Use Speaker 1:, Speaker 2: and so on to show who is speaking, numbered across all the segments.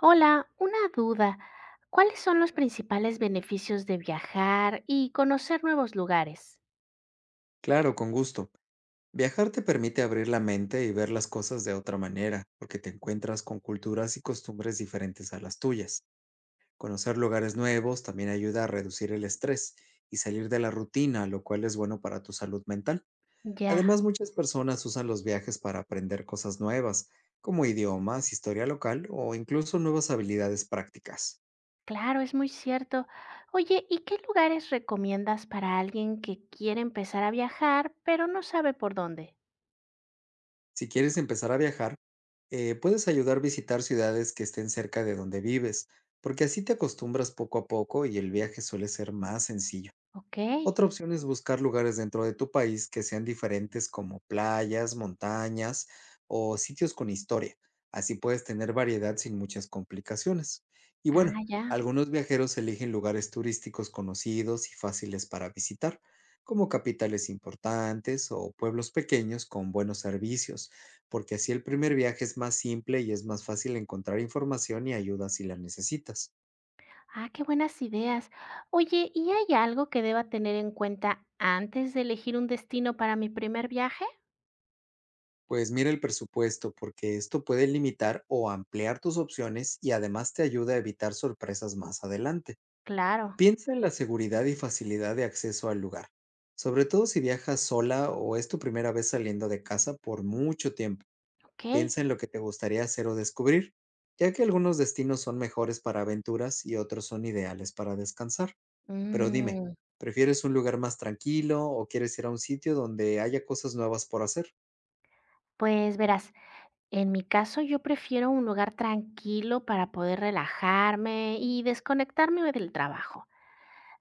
Speaker 1: Hola, una duda. ¿Cuáles son los principales beneficios de viajar y conocer nuevos lugares?
Speaker 2: Claro, con gusto. Viajar te permite abrir la mente y ver las cosas de otra manera, porque te encuentras con culturas y costumbres diferentes a las tuyas. Conocer lugares nuevos también ayuda a reducir el estrés y salir de la rutina, lo cual es bueno para tu salud mental.
Speaker 1: Ya,
Speaker 2: Además, muchas personas usan los viajes para aprender cosas nuevas, como idiomas, historia local o incluso nuevas habilidades prácticas.
Speaker 1: claro, es muy cierto. Oye, ¿y qué lugares recomiendas para alguien que quiere empezar a viajar, pero no sabe por dónde?
Speaker 2: Si quieres empezar a viajar, puedes ayudar a visitar ciudades que estén cerca de donde vives, porque así te acostumbras poco a poco y el viaje suele ser más sencillo.
Speaker 1: Ok.
Speaker 2: Otra opción es buscar lugares dentro de tu país que sean diferentes como playas, montañas o sitios con historia. Así puedes tener variedad sin muchas complicaciones. Y bueno,
Speaker 1: Ah, ya.
Speaker 2: algunos viajeros eligen lugares turísticos conocidos y fáciles para visitar, como capitales importantes o pueblos pequeños con buenos servicios, porque así el primer viaje es más simple y es más fácil encontrar información y ayuda si la necesitas.
Speaker 1: Ah, qué buenas ideas. Oye, ¿y hay algo que deba tener en cuenta antes de elegir un destino para mi primer viaje?
Speaker 2: Pues mira el presupuesto, porque esto puede limitar o ampliar tus opciones y además te ayuda a evitar sorpresas más adelante.
Speaker 1: Claro.
Speaker 2: Piensa en la seguridad y facilidad de acceso al lugar, sobre todo si viajas sola o es tu primera vez saliendo de casa por mucho tiempo.
Speaker 1: Ok.
Speaker 2: Piensa en lo que te gustaría hacer o descubrir, ya que algunos destinos son mejores para aventuras y otros son ideales para descansar. Pero dime,
Speaker 1: Mm,
Speaker 2: ¿prefieres un lugar más tranquilo o quieres ir a un sitio donde haya cosas nuevas por hacer?
Speaker 1: pues verás. En mi caso, yo prefiero un lugar tranquilo para poder relajarme y desconectarme del trabajo.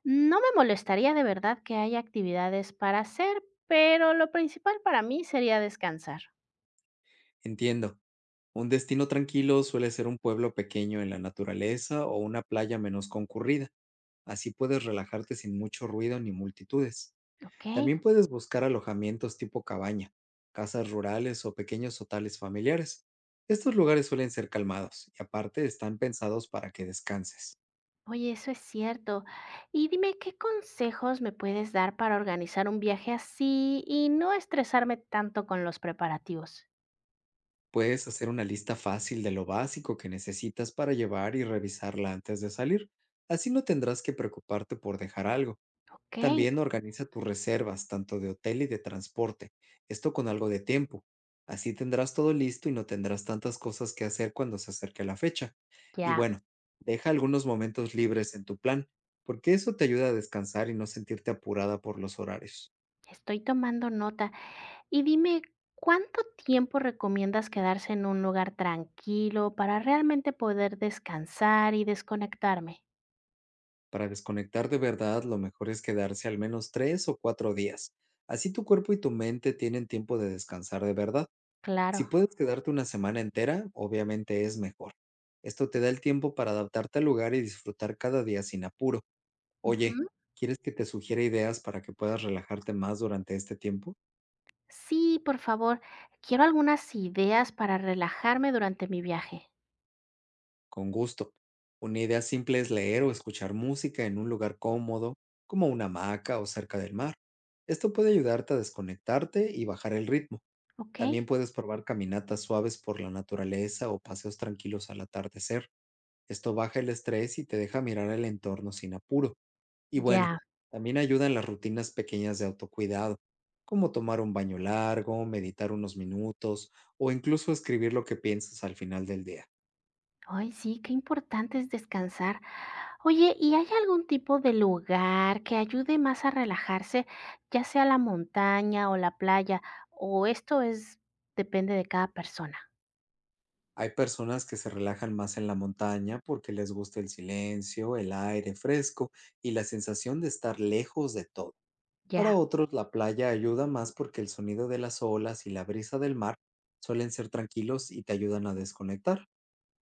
Speaker 1: No me molestaría de verdad que haya actividades para hacer, pero lo principal para mí sería descansar.
Speaker 2: Entiendo. Un destino tranquilo suele ser un pueblo pequeño en la naturaleza o una playa menos concurrida. Así puedes relajarte sin mucho ruido ni multitudes.
Speaker 1: Ok,
Speaker 2: También puedes buscar alojamientos tipo cabaña, casas rurales o pequeños hoteles familiares. Estos lugares suelen ser calmados y aparte están pensados para que descanses.
Speaker 1: oye, eso es cierto. Y dime, ¿qué consejos me puedes dar para organizar un viaje así y no estresarme tanto con los preparativos?
Speaker 2: Puedes hacer una lista fácil de lo básico que necesitas para llevar y revisarla antes de salir. Así no tendrás que preocuparte por dejar algo.
Speaker 1: Ok,
Speaker 2: También organiza tus reservas, tanto de hotel y de transporte, esto con algo de tiempo. Así tendrás todo listo y no tendrás tantas cosas que hacer cuando se acerque la fecha. Y
Speaker 1: ya,
Speaker 2: bueno, deja algunos momentos libres en tu plan, porque eso te ayuda a descansar y no sentirte apurada por los horarios.
Speaker 1: estoy tomando nota. Y dime, ¿cuánto tiempo recomiendas quedarse en un lugar tranquilo para realmente poder descansar y desconectarme?
Speaker 2: Para desconectar de verdad, lo mejor es quedarse al menos tres o cuatro días. Así tu cuerpo y tu mente tienen tiempo de descansar de verdad. Si
Speaker 1: Claro.
Speaker 2: puedes quedarte una semana entera, obviamente es mejor. Esto te da el tiempo para adaptarte al lugar y disfrutar cada día sin apuro. Oye,
Speaker 1: Ujú.
Speaker 2: ¿quieres que te sugiera ideas para que puedas relajarte más durante este tiempo?
Speaker 1: Sí, por favor. Quiero algunas ideas para relajarme durante mi viaje,
Speaker 2: Con gusto. Una idea simple es leer o escuchar música en un lugar cómodo, como una hamaca o cerca del mar. Esto puede ayudarte a desconectarte y bajar el ritmo.
Speaker 1: ¿ok?
Speaker 2: También puedes probar caminatas suaves por la naturaleza o paseos tranquilos al atardecer. Esto baja el estrés y te deja mirar el entorno sin apuro. Y bueno,
Speaker 1: Ya.
Speaker 2: también ayudan las rutinas pequeñas de autocuidado, como tomar un baño largo, meditar unos minutos o incluso escribir lo que piensas al final del día.
Speaker 1: Ay, sí, qué importante es descansar. Oye, ¿y hay algún tipo de lugar que ayude más a relajarse, ya sea la montaña o la playa? O esto es, depende de cada persona.
Speaker 2: Hay personas que se relajan más en la montaña porque les gusta el silencio, el aire fresco y la sensación de estar lejos de todo. Para
Speaker 1: Ya.
Speaker 2: otros, la playa ayuda más porque el sonido de las olas y la brisa del mar suelen ser tranquilos y te ayudan a desconectar.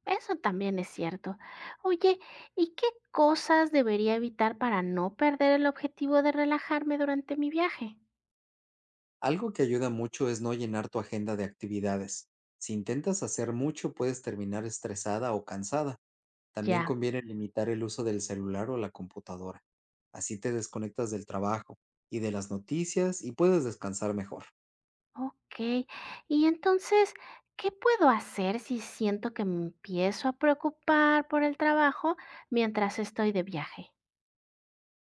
Speaker 1: Eso también es cierto. Oye, ¿y qué cosas debería evitar para no perder el objetivo de relajarme durante mi viaje?
Speaker 2: Algo que ayuda mucho es no llenar tu agenda de actividades. Si intentas hacer mucho, puedes terminar estresada o cansada. También
Speaker 1: Ya,
Speaker 2: conviene limitar el uso del celular o la computadora. Así te desconectas del trabajo y de las noticias y puedes descansar mejor.
Speaker 1: ok. Y entonces, ¿qué puedo hacer si siento que me empiezo a preocupar por el trabajo mientras estoy de viaje?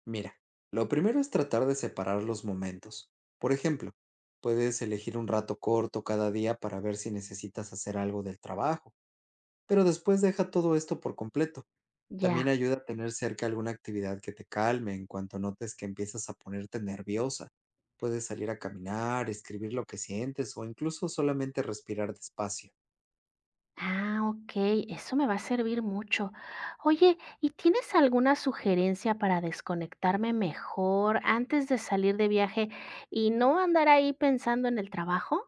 Speaker 2: Mira, lo primero es tratar de separar los momentos. Por ejemplo, puedes elegir un rato corto cada día para ver si necesitas hacer algo del trabajo, pero después deja todo esto por completo. También
Speaker 1: Ya.
Speaker 2: ayuda a tener cerca alguna actividad que te calme en cuanto notes que empiezas a ponerte nerviosa. Puedes salir a caminar, escribir lo que sientes o incluso solamente respirar despacio.
Speaker 1: Ah, ok, eso me va a servir mucho. Oye, ¿y tienes alguna sugerencia para desconectarme mejor antes de salir de viaje y no andar ahí pensando en el trabajo?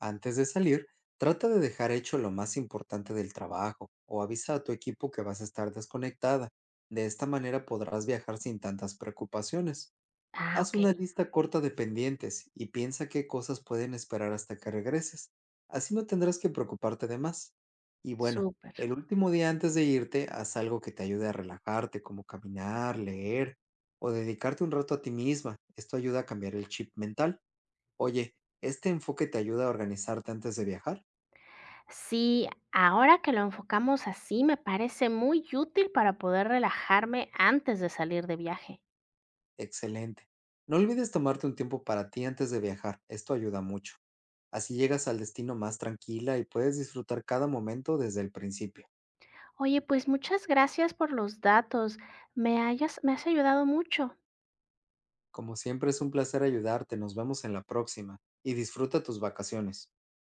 Speaker 2: Antes de salir, trata de dejar hecho lo más importante del trabajo o avisa a tu equipo que vas a estar desconectada. De esta manera podrás viajar sin tantas preocupaciones.
Speaker 1: Ah,
Speaker 2: Haz
Speaker 1: ok,
Speaker 2: una lista corta de pendientes y piensa qué cosas pueden esperar hasta que regreses. Así no tendrás que preocuparte de más. Y bueno,
Speaker 1: súper.
Speaker 2: el último día antes de irte, haz algo que te ayude a relajarte, como caminar, leer o dedicarte un rato a ti misma. Esto ayuda a cambiar el chip mental. Oye, ¿este enfoque te ayuda a organizarte antes de viajar?
Speaker 1: Sí, ahora que lo enfocamos así, me parece muy útil para poder relajarme antes de salir de viaje.
Speaker 2: Excelente. No olvides tomarte un tiempo para ti antes de viajar. Esto ayuda mucho. Así llegas al destino más tranquila y puedes disfrutar cada momento desde el principio.
Speaker 1: Oye, pues muchas gracias por los datos. Me has ayudado mucho.
Speaker 2: Como siempre es un placer ayudarte, nos vemos en la próxima y disfruta tus vacaciones.